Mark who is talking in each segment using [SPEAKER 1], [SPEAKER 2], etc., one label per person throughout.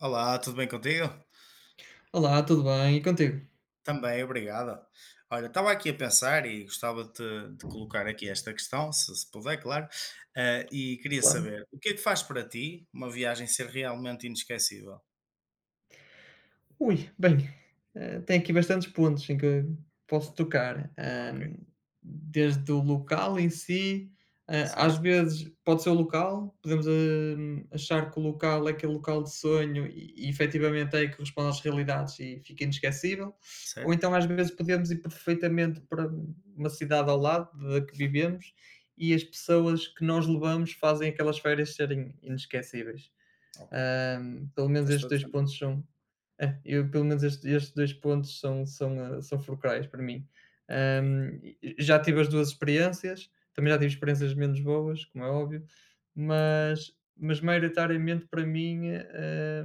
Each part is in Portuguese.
[SPEAKER 1] Olá, tudo bem contigo?
[SPEAKER 2] Olá, tudo bem? E contigo?
[SPEAKER 1] Também, obrigado. Olha, estava aqui a pensar e gostava de, de colocar aqui esta questão, se puder, claro, e queria
[SPEAKER 2] Claro.
[SPEAKER 1] saber o que é que faz para ti uma viagem ser realmente inesquecível?
[SPEAKER 2] Ui, bem, tem aqui bastantes pontos em que posso tocar,
[SPEAKER 1] Ok,
[SPEAKER 2] desde o local em si, às
[SPEAKER 1] certo?
[SPEAKER 2] vezes pode ser o local, podemos, achar que o local é aquele local de sonho e efetivamente é aí que responde às realidades e fica inesquecível, ou
[SPEAKER 1] Certo?
[SPEAKER 2] então às vezes podemos ir perfeitamente para uma cidade ao lado da que vivemos e as pessoas que nós levamos fazem aquelas férias serem inesquecíveis.
[SPEAKER 1] Ok,
[SPEAKER 2] Pelo menos
[SPEAKER 1] faz
[SPEAKER 2] estes
[SPEAKER 1] todo
[SPEAKER 2] 2
[SPEAKER 1] sentido.
[SPEAKER 2] pontos são. É, eu pelo menos estes 2 pontos são fulcrais para mim.
[SPEAKER 1] Ok,
[SPEAKER 2] E já tive as 2 experiências, também já tive experiências menos boas, como é óbvio,
[SPEAKER 1] ok.
[SPEAKER 2] mas maioritariamente para mim,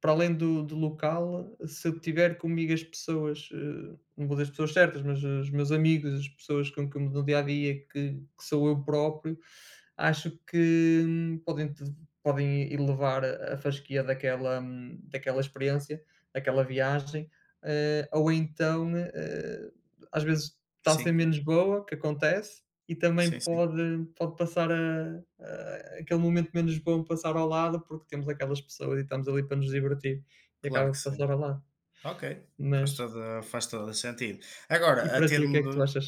[SPEAKER 2] para além do local, se eu tiver comigo as pessoas, não vou dizer as pessoas certas, mas os meus amigos, as pessoas com que eu me dou dia a dia, que sou eu próprio, acho que podem elevar a fasquia daquela experiência, daquela viagem, eh, ou então, eh, às vezes está a ser
[SPEAKER 1] Sim,
[SPEAKER 2] menos boa, que acontece, e também
[SPEAKER 1] sim, sim,
[SPEAKER 2] pode passar a aquele momento menos bom passar ao lado, porque temos aquelas pessoas e estamos ali para nos divertir e
[SPEAKER 1] claro
[SPEAKER 2] acaba
[SPEAKER 1] que
[SPEAKER 2] por
[SPEAKER 1] sim.
[SPEAKER 2] passar ao lado.
[SPEAKER 1] Ok, faz
[SPEAKER 2] Mas
[SPEAKER 1] todo, faz todo sentido.
[SPEAKER 2] e
[SPEAKER 1] Agora, a
[SPEAKER 2] para ti, o que é que tu
[SPEAKER 1] termo.
[SPEAKER 2] achas?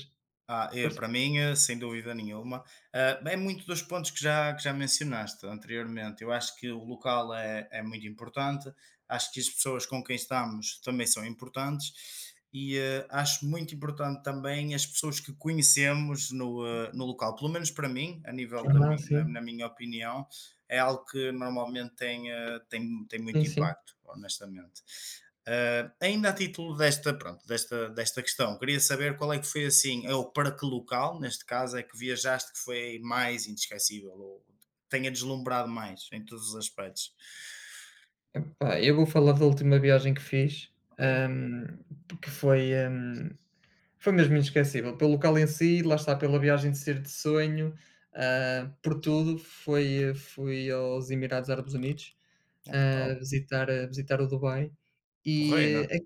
[SPEAKER 2] Força.
[SPEAKER 1] Para mim, sem dúvida nenhuma, é muito dos pontos que já mencionaste anteriormente. Eu acho que o local é muito importante, acho que as pessoas com quem estamos também são importantes e acho muito importante também as pessoas que conhecemos no local. Pelo menos para mim, a nível da
[SPEAKER 2] Ah,
[SPEAKER 1] na,
[SPEAKER 2] sim.
[SPEAKER 1] na minha opinião, é algo que normalmente tem
[SPEAKER 2] Sim,
[SPEAKER 1] muito
[SPEAKER 2] sim.
[SPEAKER 1] impacto, honestamente. Ainda a título desta, pronto, desta questão, queria saber qual é que foi assim, ou para que local, neste caso, é que viajaste que foi mais inesquecível, ou tenha deslumbrado mais em todos os aspectos.
[SPEAKER 2] Epá, eu vou falar da última viagem que fiz,
[SPEAKER 1] Ok.
[SPEAKER 2] hum, que foi, hum, foi mesmo inesquecível. Pelo local em si, lá está, pela viagem de ser de sonho, por tudo, foi fui aos Emirados Árabes Unidos,
[SPEAKER 1] Ah,
[SPEAKER 2] a
[SPEAKER 1] top.
[SPEAKER 2] visitar o Dubai,
[SPEAKER 1] Porreira.
[SPEAKER 2] e é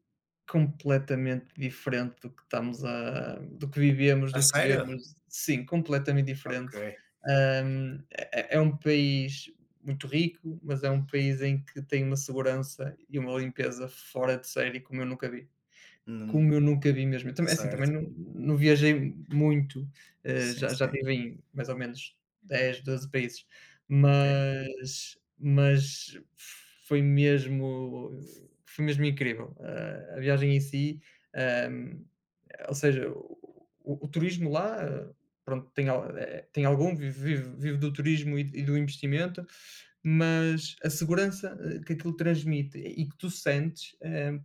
[SPEAKER 2] completamente diferente do que estamos a do que vivemos,
[SPEAKER 1] A
[SPEAKER 2] do que
[SPEAKER 1] sério?
[SPEAKER 2] vemos sim, completamente
[SPEAKER 1] Ok.
[SPEAKER 2] diferente. É um país muito rico, mas é um país em que tem uma segurança e uma limpeza fora de série, como eu nunca vi.
[SPEAKER 1] Hum,
[SPEAKER 2] Como eu nunca vi mesmo. Eu também é assim, também
[SPEAKER 1] certo.
[SPEAKER 2] não viajei muito,
[SPEAKER 1] Sim,
[SPEAKER 2] já
[SPEAKER 1] sim.
[SPEAKER 2] estive em mais ou menos 10 12 países,
[SPEAKER 1] Ok.
[SPEAKER 2] mas foi mesmo foi mesmo incrível. Ah, a viagem em si, ah, ou seja, o o turismo lá, pronto, tem al tem algum, vive do turismo e do investimento, mas a segurança, que aquilo transmite e que tu sentes,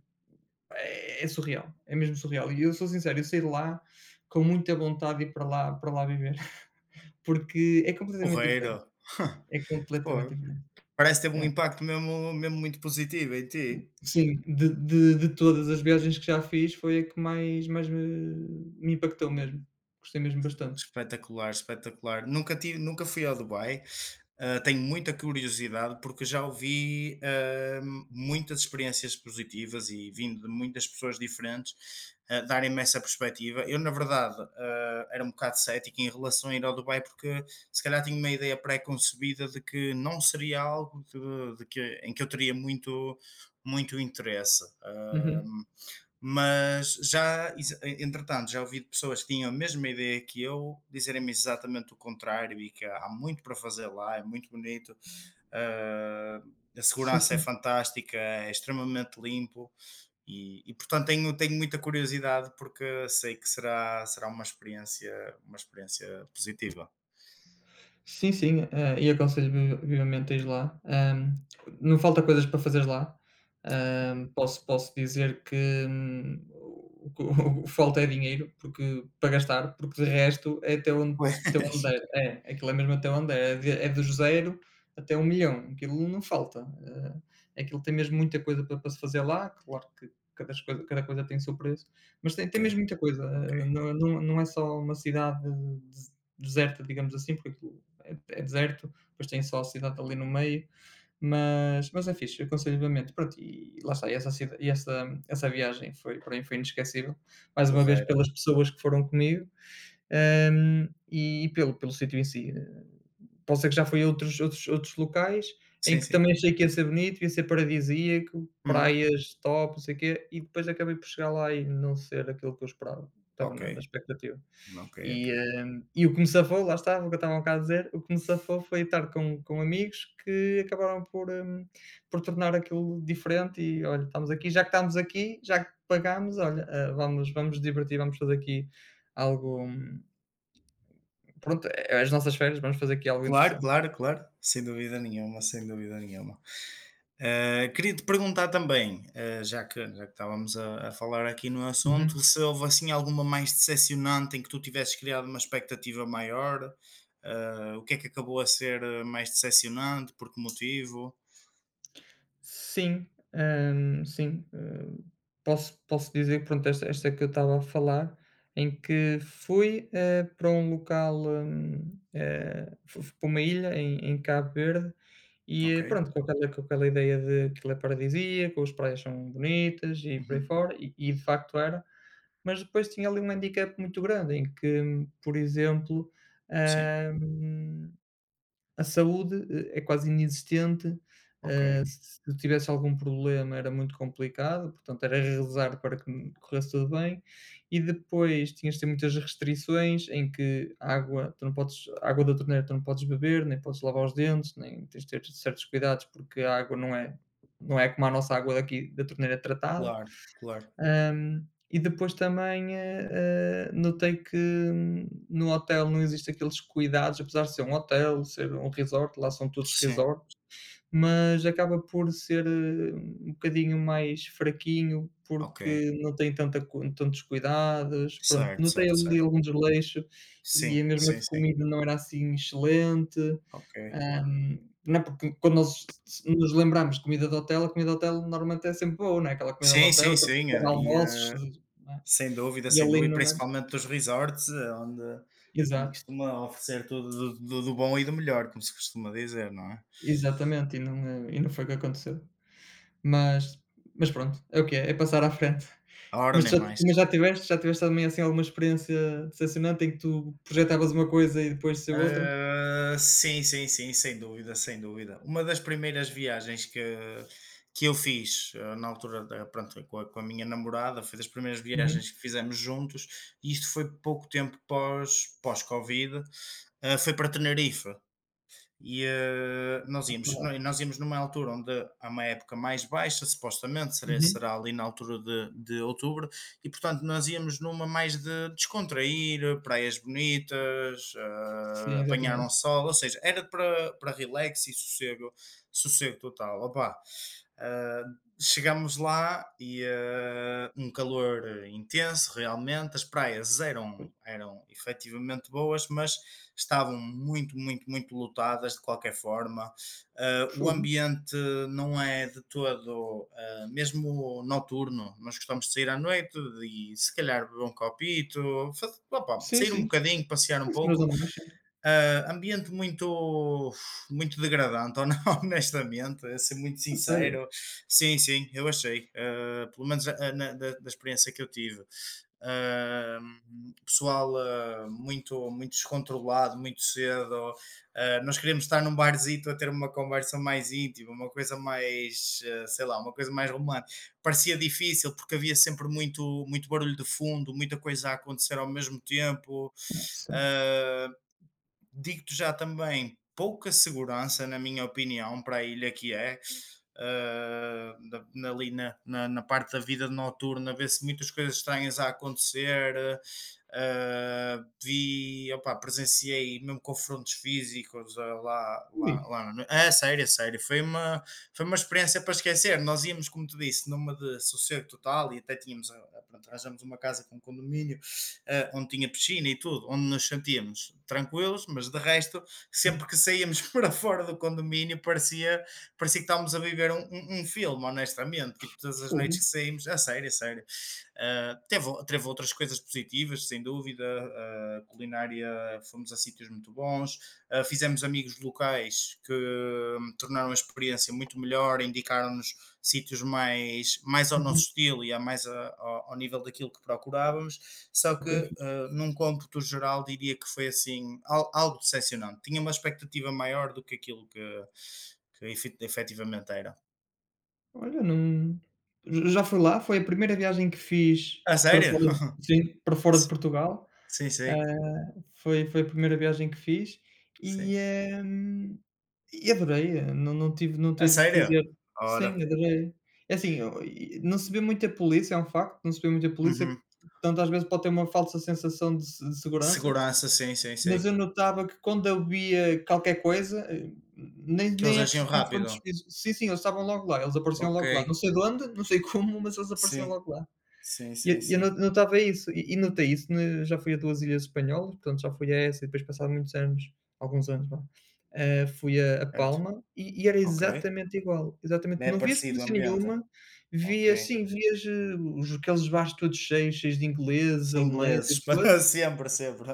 [SPEAKER 2] é, é surreal, é mesmo surreal. E eu sou sincero, eu saí de lá com muita vontade de ir para lá viver, porque é completamente diferente,
[SPEAKER 1] Porreiro.
[SPEAKER 2] é completamente
[SPEAKER 1] Pô,
[SPEAKER 2] diferente.
[SPEAKER 1] parece ter um
[SPEAKER 2] É.
[SPEAKER 1] impacto mesmo, mesmo muito positivo em ti.
[SPEAKER 2] Sim, de todas as viagens que já fiz, foi a que mais me impactou mesmo. Gostei mesmo bastante.
[SPEAKER 1] Espetacular, espetacular. Nunca tive, nunca fui ao Dubai. Tenho muita curiosidade porque já ouvi, muitas experiências positivas e vindo de muitas pessoas diferentes, darem-me essa perspectiva. Eu, na verdade, era um bocado cético em relação a ir ao Dubai, porque se calhar tinha uma ideia pré-concebida de que não seria algo em que eu teria muito, muito interesse.
[SPEAKER 2] Uhum.
[SPEAKER 1] Mas entretanto, já ouvi de pessoas que tinham a mesma ideia que eu dizerem-me exatamente o contrário e que há muito para fazer lá, é muito bonito, ah, a segurança é fantástica, é extremamente limpo portanto tenho muita curiosidade porque sei que será uma experiência positiva.
[SPEAKER 2] Sim, sim, e aconselho vi vivamente a ires lá. Não falta coisas para fazer lá.
[SPEAKER 1] Ok.
[SPEAKER 2] Posso dizer que, o que o que falta é dinheiro, porque para gastar, porque de resto é
[SPEAKER 1] Pois.
[SPEAKER 2] até onde der. É, aquilo é mesmo até onde der, é de é dos 0 até 1.000.000, aquilo não falta. Aquilo tem mesmo muita coisa para se fazer lá, claro que cada coisa tem o seu preço, mas tem
[SPEAKER 1] Ok,
[SPEAKER 2] tem mesmo muita coisa,
[SPEAKER 1] ok.
[SPEAKER 2] não é só uma cidade des deserta, digamos assim, porque aquilo é deserto, depois tem só a cidade ali no meio, mas, é fixe, eu aconselho vivamente. Pronto, e lá está, e essa viagem foi, para mim foi inesquecível, mais uma vez
[SPEAKER 1] Porreira.
[SPEAKER 2] pelas pessoas que foram comigo, e pelo, pelo sítio em si. Pode ser que já fui a outros, outros locais em
[SPEAKER 1] Sim,
[SPEAKER 2] que também
[SPEAKER 1] sim.
[SPEAKER 2] achei que ia ser bonito, ia ser paradisíaco,
[SPEAKER 1] Uhum.
[SPEAKER 2] praias top, não sei o quê, e depois acabei por chegar lá e não ser aquilo que eu esperava, estava
[SPEAKER 1] Ok,
[SPEAKER 2] na expectativa.
[SPEAKER 1] ok, ok.
[SPEAKER 2] E, e o que me safou, lá está, o que eu estava há bocado a dizer, o que me safou foi estar com amigos que acabaram por tornar aquilo diferente e: "Olha, estamos aqui, já que estamos aqui, já que pagámos, olha, ah, vamos nos divertir, vamos fazer aqui algo, pronto, é as nossas férias, vamos fazer aqui algo
[SPEAKER 1] Claro,
[SPEAKER 2] interessante".
[SPEAKER 1] claro, claro, sem dúvida nenhuma, sem dúvida nenhuma. Queria te perguntar também, já que estávamos a falar aqui no assunto,
[SPEAKER 2] Uhum.
[SPEAKER 1] se houve, assim, alguma mais decepcionante em que tu tivesses criado uma expectativa maior? O que é que acabou a ser, mais decepcionante, por que motivo?
[SPEAKER 2] Sim, sim, posso dizer pronto, esta é que eu estava a falar, em que fui, para um local, eh, fu fui para uma ilha em Cabo Verde e,
[SPEAKER 1] Ok,
[SPEAKER 2] pronto, com aquela ideia de que aquilo é paradisíaco, as praias são bonitas e por aí
[SPEAKER 1] uhum,
[SPEAKER 2] fora, e de facto era, mas depois tinha ali um handicap muito grande em que, por exemplo,
[SPEAKER 1] sim,
[SPEAKER 2] hum, a saúde, é quase inexistente,
[SPEAKER 1] ok,
[SPEAKER 2] se eu tivesse algum problema era muito complicado, portanto era rezar para que me corresse tudo bem, e depois tinhas de ter muitas restrições em que água tu não podes água da torneira tu não podes beber, nem podes lavar os dentes, nem tens de ter certos cuidados, porque a água não é como a nossa água daqui da torneira tratada.
[SPEAKER 1] claro, claro.
[SPEAKER 2] E depois também, notei que no hotel não existe aqueles cuidados, apesar de ser um hotel, ser um resort, lá são todos
[SPEAKER 1] Sim,
[SPEAKER 2] resort, mas acaba por ser, um bocadinho mais fraquinho,
[SPEAKER 1] ok,
[SPEAKER 2] porque não tem tanta cu tantos cuidados, pronto,
[SPEAKER 1] certo,
[SPEAKER 2] notei
[SPEAKER 1] certo,
[SPEAKER 2] ali
[SPEAKER 1] certo.
[SPEAKER 2] algum desleixo e a
[SPEAKER 1] Sim,
[SPEAKER 2] mesma
[SPEAKER 1] sim, sim,
[SPEAKER 2] comida não era assim excelente,
[SPEAKER 1] ok.
[SPEAKER 2] hã, não é, porque quando nós nos lembramos de comida de hotel, a comida de hotel normalmente é sempre boa, não é, aquela comida de
[SPEAKER 1] Sim,
[SPEAKER 2] hotel,
[SPEAKER 1] sim,
[SPEAKER 2] aqueles
[SPEAKER 1] sim.
[SPEAKER 2] pequenos almoços, não é,
[SPEAKER 1] Sem dúvida,
[SPEAKER 2] e
[SPEAKER 1] sem
[SPEAKER 2] ali
[SPEAKER 1] dúvida, e
[SPEAKER 2] não é
[SPEAKER 1] principalmente dos resorts, onde
[SPEAKER 2] exato,
[SPEAKER 1] costuma oferecer tudo do bom e do melhor, como se costuma dizer, não é?
[SPEAKER 2] exatamente, e não, e não foi o que aconteceu. Mas mas pronto, é o que é, é passar à frente.
[SPEAKER 1] Ora,
[SPEAKER 2] Mas
[SPEAKER 1] nem
[SPEAKER 2] já
[SPEAKER 1] mais.
[SPEAKER 2] mas já tiveste já tiveste também, assim, alguma experiência decepcionante em que tu projetavas uma coisa e depois saiu outra?
[SPEAKER 1] Sim, sim, sim, sem dúvida, sem dúvida. Uma das primeiras viagens que eu fiz, na altura da pronto, com a minha namorada, foi das primeiras
[SPEAKER 2] Uhum.
[SPEAKER 1] viagens que fizemos juntos, e isto foi pouco tempo pós-Covid, Foi para Tenerife. E nós íamos,
[SPEAKER 2] Claro.
[SPEAKER 1] nós íamos numa altura onde há uma época mais baixa, supostamente, será,
[SPEAKER 2] Uhum.
[SPEAKER 1] será ali na altura de outubro, e portanto nós íamos numa mais de descontrair, praias bonitas,
[SPEAKER 2] Sim,
[SPEAKER 1] apanhar um
[SPEAKER 2] exatamente.
[SPEAKER 1] sol, ou seja, era para relax e sossego, sossego total. Opa, uh, chegámos lá e um calor intenso realmente, as praias eram efetivamente boas, mas estavam muito, muito, muito lotadas de qualquer forma. O
[SPEAKER 2] Fogo.
[SPEAKER 1] ambiente não é de todo, mesmo noturno, nós gostamos de sair à noite e se calhar beber um copito, opa,
[SPEAKER 2] Sim,
[SPEAKER 1] sair um
[SPEAKER 2] sim.
[SPEAKER 1] bocadinho, passear
[SPEAKER 2] É
[SPEAKER 1] um
[SPEAKER 2] isso
[SPEAKER 1] pouco.
[SPEAKER 2] mesmo, não mexe.
[SPEAKER 1] Ambiente muito, muito degradante, honestamente, a ser muito
[SPEAKER 2] A sério?
[SPEAKER 1] sincero. Sim, sim, eu achei. Pelo menos da experiência que eu tive. Ah, pessoal muito, muito descontrolado, muito cedo. Nós queríamos estar num barzito a ter uma conversa mais íntima, uma coisa mais, sei lá, uma coisa mais romântica. Parecia difícil porque havia sempre muito, muito barulho de fundo, muita coisa a acontecer ao mesmo tempo.
[SPEAKER 2] Nossa.
[SPEAKER 1] Ah, digo-te já também pouca segurança, na minha opinião, para a ilha que é ah, ali na parte da vida noturna, vê-se muitas coisas estranhas a acontecer. Opá, presenciei mesmo confrontos físicos ah, lá, lá,
[SPEAKER 2] Ui.
[SPEAKER 1] lá na É sério, é sério. Foi uma experiência para esquecer. Nós íamos, como te disse, numa de sossego total e até tínhamos, pronto, arranjamos uma casa com um condomínio onde tinha piscina e tudo, onde nos sentíamos tranquilos, mas de resto, sempre que saíamos para fora do condomínio, parecia que estávamos a viver um filme, honestamente. Tipo, todas as noites
[SPEAKER 2] Fogo.
[SPEAKER 1] que saímos, a sério, a sério. Teve outras coisas positivas, sem dúvida. Culinária, fomos a sítios muito bons. Fizemos amigos locais que tornaram a experiência muito melhor, indicaram-nos sítios mais ao
[SPEAKER 2] Uhum.
[SPEAKER 1] nosso estilo e a mais ao nível daquilo que procurávamos. Só que,
[SPEAKER 2] Ok.
[SPEAKER 1] num cômputo geral, diria que foi assim algo decepcionante. Tinha uma expectativa maior do que aquilo que efetivamente era.
[SPEAKER 2] Olha, não já fui lá, foi a primeira viagem que fiz
[SPEAKER 1] A
[SPEAKER 2] para
[SPEAKER 1] sério?
[SPEAKER 2] fora sim, para fora de
[SPEAKER 1] Sim,
[SPEAKER 2] Portugal.
[SPEAKER 1] sim,
[SPEAKER 2] Ah,
[SPEAKER 1] sim.
[SPEAKER 2] foi a primeira viagem que fiz
[SPEAKER 1] Sim.
[SPEAKER 2] e, e adorei, não tive
[SPEAKER 1] A
[SPEAKER 2] que
[SPEAKER 1] sério?
[SPEAKER 2] dizer.
[SPEAKER 1] Ora.
[SPEAKER 2] Sim, adorei. É assim, o e não se vê muita polícia, é um facto, não se vê muita polícia,
[SPEAKER 1] Uhum.
[SPEAKER 2] portanto, às vezes pode ter uma falsa sensação de se de segurança,
[SPEAKER 1] Segurança, sim, sim,
[SPEAKER 2] mas
[SPEAKER 1] sim.
[SPEAKER 2] eu notava que quando havia qualquer coisa, nem
[SPEAKER 1] Que eles
[SPEAKER 2] nem é preciso
[SPEAKER 1] agiam rápido.
[SPEAKER 2] confrontos físicos. Sim, sim, eles estavam logo lá, eles apareciam
[SPEAKER 1] Ok.
[SPEAKER 2] logo lá. Não sei de onde, não sei como, mas eles apareciam
[SPEAKER 1] Sim.
[SPEAKER 2] logo lá.
[SPEAKER 1] Sim,
[SPEAKER 2] E
[SPEAKER 1] sim,
[SPEAKER 2] eu no
[SPEAKER 1] sim.
[SPEAKER 2] notava isso e notei isso na já fui a 2 ilhas espanholas, portanto já fui a essa e depois passado muitos anos, alguns anos vá, fui a
[SPEAKER 1] Certo.
[SPEAKER 2] Palma e era
[SPEAKER 1] Ok.
[SPEAKER 2] exatamente igual, exatamente.
[SPEAKER 1] É
[SPEAKER 2] Não via
[SPEAKER 1] parecido o
[SPEAKER 2] polícia
[SPEAKER 1] ambiente.
[SPEAKER 2] nenhuma,
[SPEAKER 1] Ok.
[SPEAKER 2] via sim, vias, os aqueles bares todos cheios, cheios de
[SPEAKER 1] Os
[SPEAKER 2] ingleses, alemães e
[SPEAKER 1] ingleses,
[SPEAKER 2] o que
[SPEAKER 1] para
[SPEAKER 2] fosse
[SPEAKER 1] sempre, sempre.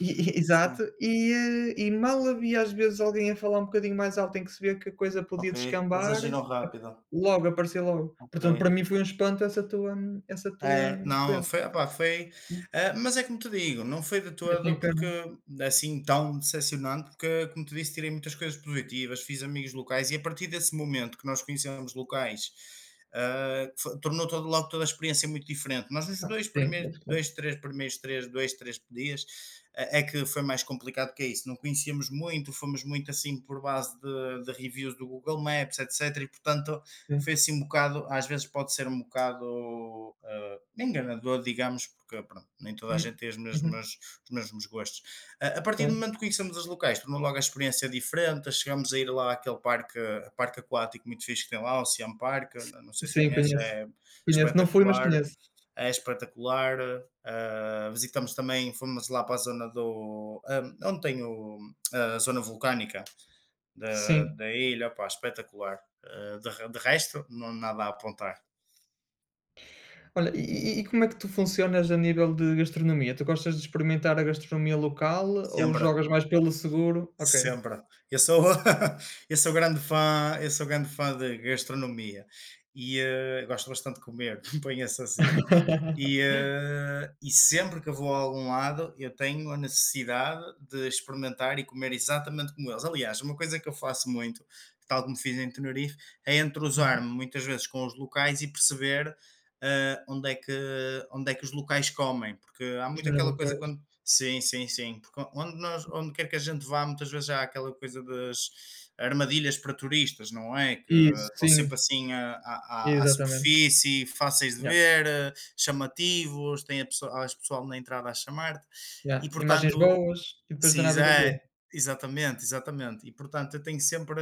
[SPEAKER 2] e
[SPEAKER 1] Sim.
[SPEAKER 2] exato, e mal havia às vezes alguém a falar um bocadinho mais alto em que se vê que a coisa podia
[SPEAKER 1] Ok. Eles
[SPEAKER 2] descambar,
[SPEAKER 1] agiram rápido.
[SPEAKER 2] logo, aparecia logo.
[SPEAKER 1] Ok.
[SPEAKER 2] Portanto, para mim foi um espanto essa
[SPEAKER 1] É,
[SPEAKER 2] tua
[SPEAKER 1] não,
[SPEAKER 2] experiência.
[SPEAKER 1] foi, opá, mas é como te digo, não foi de
[SPEAKER 2] É
[SPEAKER 1] todo
[SPEAKER 2] tempero.
[SPEAKER 1] porque assim tão decepcionante, porque como te disse, tirei muitas coisas positivas, fiz amigos locais e a partir desse momento que nós conhecemos locais, tornou logo toda a experiência muito diferente. Nós nos
[SPEAKER 2] Ah,
[SPEAKER 1] dois
[SPEAKER 2] sim,
[SPEAKER 1] primeiros,
[SPEAKER 2] pois, claro,
[SPEAKER 1] dois, três primeiros, três, dois, três dias, é que foi mais complicado que isso. Não conhecíamos muito, fomos muito assim por base de reviews do Google Maps, etc. E portanto
[SPEAKER 2] sim.
[SPEAKER 1] foi assim um bocado, às vezes pode ser um bocado enganador, digamos, porque pronto, nem toda a gente
[SPEAKER 2] Hum,
[SPEAKER 1] tem as
[SPEAKER 2] uhum,
[SPEAKER 1] mesmas, os mesmos gostos. A partir do
[SPEAKER 2] claro.
[SPEAKER 1] momento que conhecemos os locais, tornou logo a experiência diferente, chegamos a ir lá àquele parque, parque aquático muito fixe que tem lá, o Siam Park, não sei se
[SPEAKER 2] Sim,
[SPEAKER 1] conhece,
[SPEAKER 2] conheço.
[SPEAKER 1] é
[SPEAKER 2] Conheço, não fui, mas
[SPEAKER 1] espetacular,
[SPEAKER 2] conheço.
[SPEAKER 1] é espetacular. Visitamos também, fomos lá para a zona do, onde tem a zona vulcânica, da,
[SPEAKER 2] Sim.
[SPEAKER 1] da ilha, opá, espetacular. De resto, não há nada a apontar.
[SPEAKER 2] Olha, e como é que tu funcionas a nível de gastronomia? Tu gostas de experimentar a gastronomia local ou
[SPEAKER 1] Sempre,
[SPEAKER 2] jogas mais pelo seguro? Ok.
[SPEAKER 1] sempre. Eu sou, eu sou grande fã de gastronomia e gosto bastante de comer, ponha-se assim. E, sempre que eu vou a algum lado, eu tenho a necessidade de experimentar e comer exatamente como eles. Aliás, uma coisa que eu faço muito, tal como fiz em Tenerife, é
[SPEAKER 2] Uhum.
[SPEAKER 1] entrosar-me muitas vezes com os locais e perceber eh, onde, é que, onde é que os locais comem. Porque há
[SPEAKER 2] Os
[SPEAKER 1] muito
[SPEAKER 2] melhores
[SPEAKER 1] aquela coisa
[SPEAKER 2] locais.
[SPEAKER 1] quando. Sim, sim, sim. Porque onde quer que a gente vá, muitas vezes há aquela coisa das armadilhas para turistas, não é? Que
[SPEAKER 2] Isso,
[SPEAKER 1] estão
[SPEAKER 2] sim,
[SPEAKER 1] sempre assim à
[SPEAKER 2] exatamente.
[SPEAKER 1] superfície, fáceis de
[SPEAKER 2] Yeah,
[SPEAKER 1] ver. Chamativos, tem a pessoa as pessoal na entrada a chamar-te
[SPEAKER 2] yeah.
[SPEAKER 1] e
[SPEAKER 2] Imagens
[SPEAKER 1] portanto
[SPEAKER 2] boas e depois não tem
[SPEAKER 1] se
[SPEAKER 2] nada a ver com aquilo.
[SPEAKER 1] é, exatamente, exatamente. E portanto eu tenho sempre,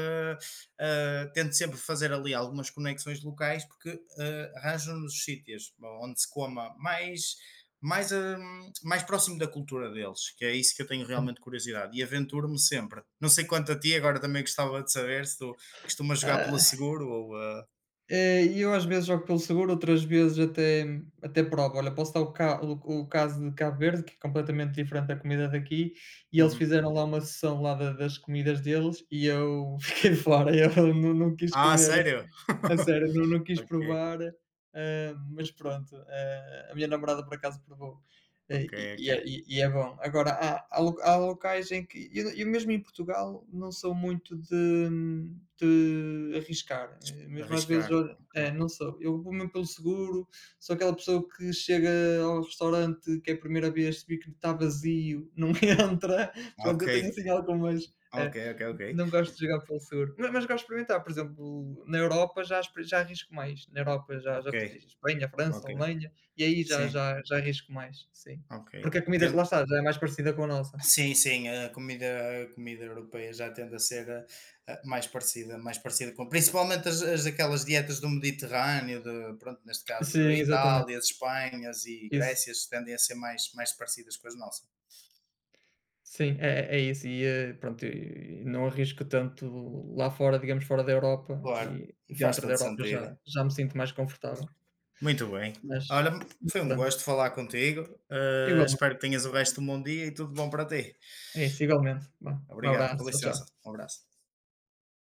[SPEAKER 1] ah, tento sempre fazer ali algumas conexões locais, porque, arranjo nos sítios onde se coma mais próximo da cultura deles, que é isso que eu tenho realmente curiosidade e aventuro-me sempre. Não sei quanto a ti, agora também gostava de saber se tu costumas jogar pelo
[SPEAKER 2] Sim.
[SPEAKER 1] seguro ou, ah
[SPEAKER 2] É, e eu às vezes jogo pelo seguro, outras vezes até provo. Olha, posso dar o caso de Cabo Verde, que é completamente diferente da comida daqui, e eles
[SPEAKER 1] Uhum.
[SPEAKER 2] fizeram lá uma sessão lá da das comidas deles e eu fiquei fora, eu não quis
[SPEAKER 1] Ah,
[SPEAKER 2] comer
[SPEAKER 1] sério?
[SPEAKER 2] a sério, não quis
[SPEAKER 1] Ok.
[SPEAKER 2] provar, mas pronto, a minha namorada por acaso provou,
[SPEAKER 1] Ok, ok.
[SPEAKER 2] e é e é bom. Agora há locais em que eu mesmo em Portugal não sou muito de arriscar, mesmo às vezes
[SPEAKER 1] Arriscar.
[SPEAKER 2] olha
[SPEAKER 1] Ok.
[SPEAKER 2] é, não sou, eu vou mesmo pelo seguro, sou aquela pessoa que chega ao restaurante que é a primeira vez, se vir que está vazio, não entra, pronto,
[SPEAKER 1] Ok,
[SPEAKER 2] eu tenho assim algumas é.
[SPEAKER 1] ok, ok, ok.
[SPEAKER 2] Não gosto de jogar pelo seguro. Ma mas gosto de experimentar, por exemplo, na Europa já arrisco mais. Na Europa já já
[SPEAKER 1] Ok,
[SPEAKER 2] visitei Espanha, França,
[SPEAKER 1] ok.
[SPEAKER 2] Alemanha, e aí já
[SPEAKER 1] Sim,
[SPEAKER 2] já já arrisco mais, sim.
[SPEAKER 1] ok.
[SPEAKER 2] Porque a comida de lá está, já é mais parecida com a nossa.
[SPEAKER 1] Sim, sim, a comida europeia já tende a ser mais parecida com, principalmente as, as aquelas dietas do Mediterrâneo, de, pronto, neste caso da
[SPEAKER 2] Sim, exatamente.
[SPEAKER 1] Itália, Espanhas e
[SPEAKER 2] Isso.
[SPEAKER 1] Grécias, tendem a ser mais parecidas com as nossas.
[SPEAKER 2] Sim, é isso. E, pronto, e não arrisco tanto lá fora, digamos, fora da Europa
[SPEAKER 1] Claro,
[SPEAKER 2] e
[SPEAKER 1] e faz
[SPEAKER 2] dentro da
[SPEAKER 1] todo
[SPEAKER 2] Europa já
[SPEAKER 1] sentido.
[SPEAKER 2] já me sinto mais confortável.
[SPEAKER 1] Muito bem.
[SPEAKER 2] Mas
[SPEAKER 1] Olha, foi um
[SPEAKER 2] pronto.
[SPEAKER 1] gosto falar contigo. eh,
[SPEAKER 2] Igualmente.
[SPEAKER 1] espero que tenhas o resto de um bom dia e tudo bom para ti.
[SPEAKER 2] É isso, igualmente. Vá, um
[SPEAKER 1] Obrigado,
[SPEAKER 2] abraço.
[SPEAKER 1] com
[SPEAKER 2] Tchau, tchau.
[SPEAKER 1] licença. Um abraço.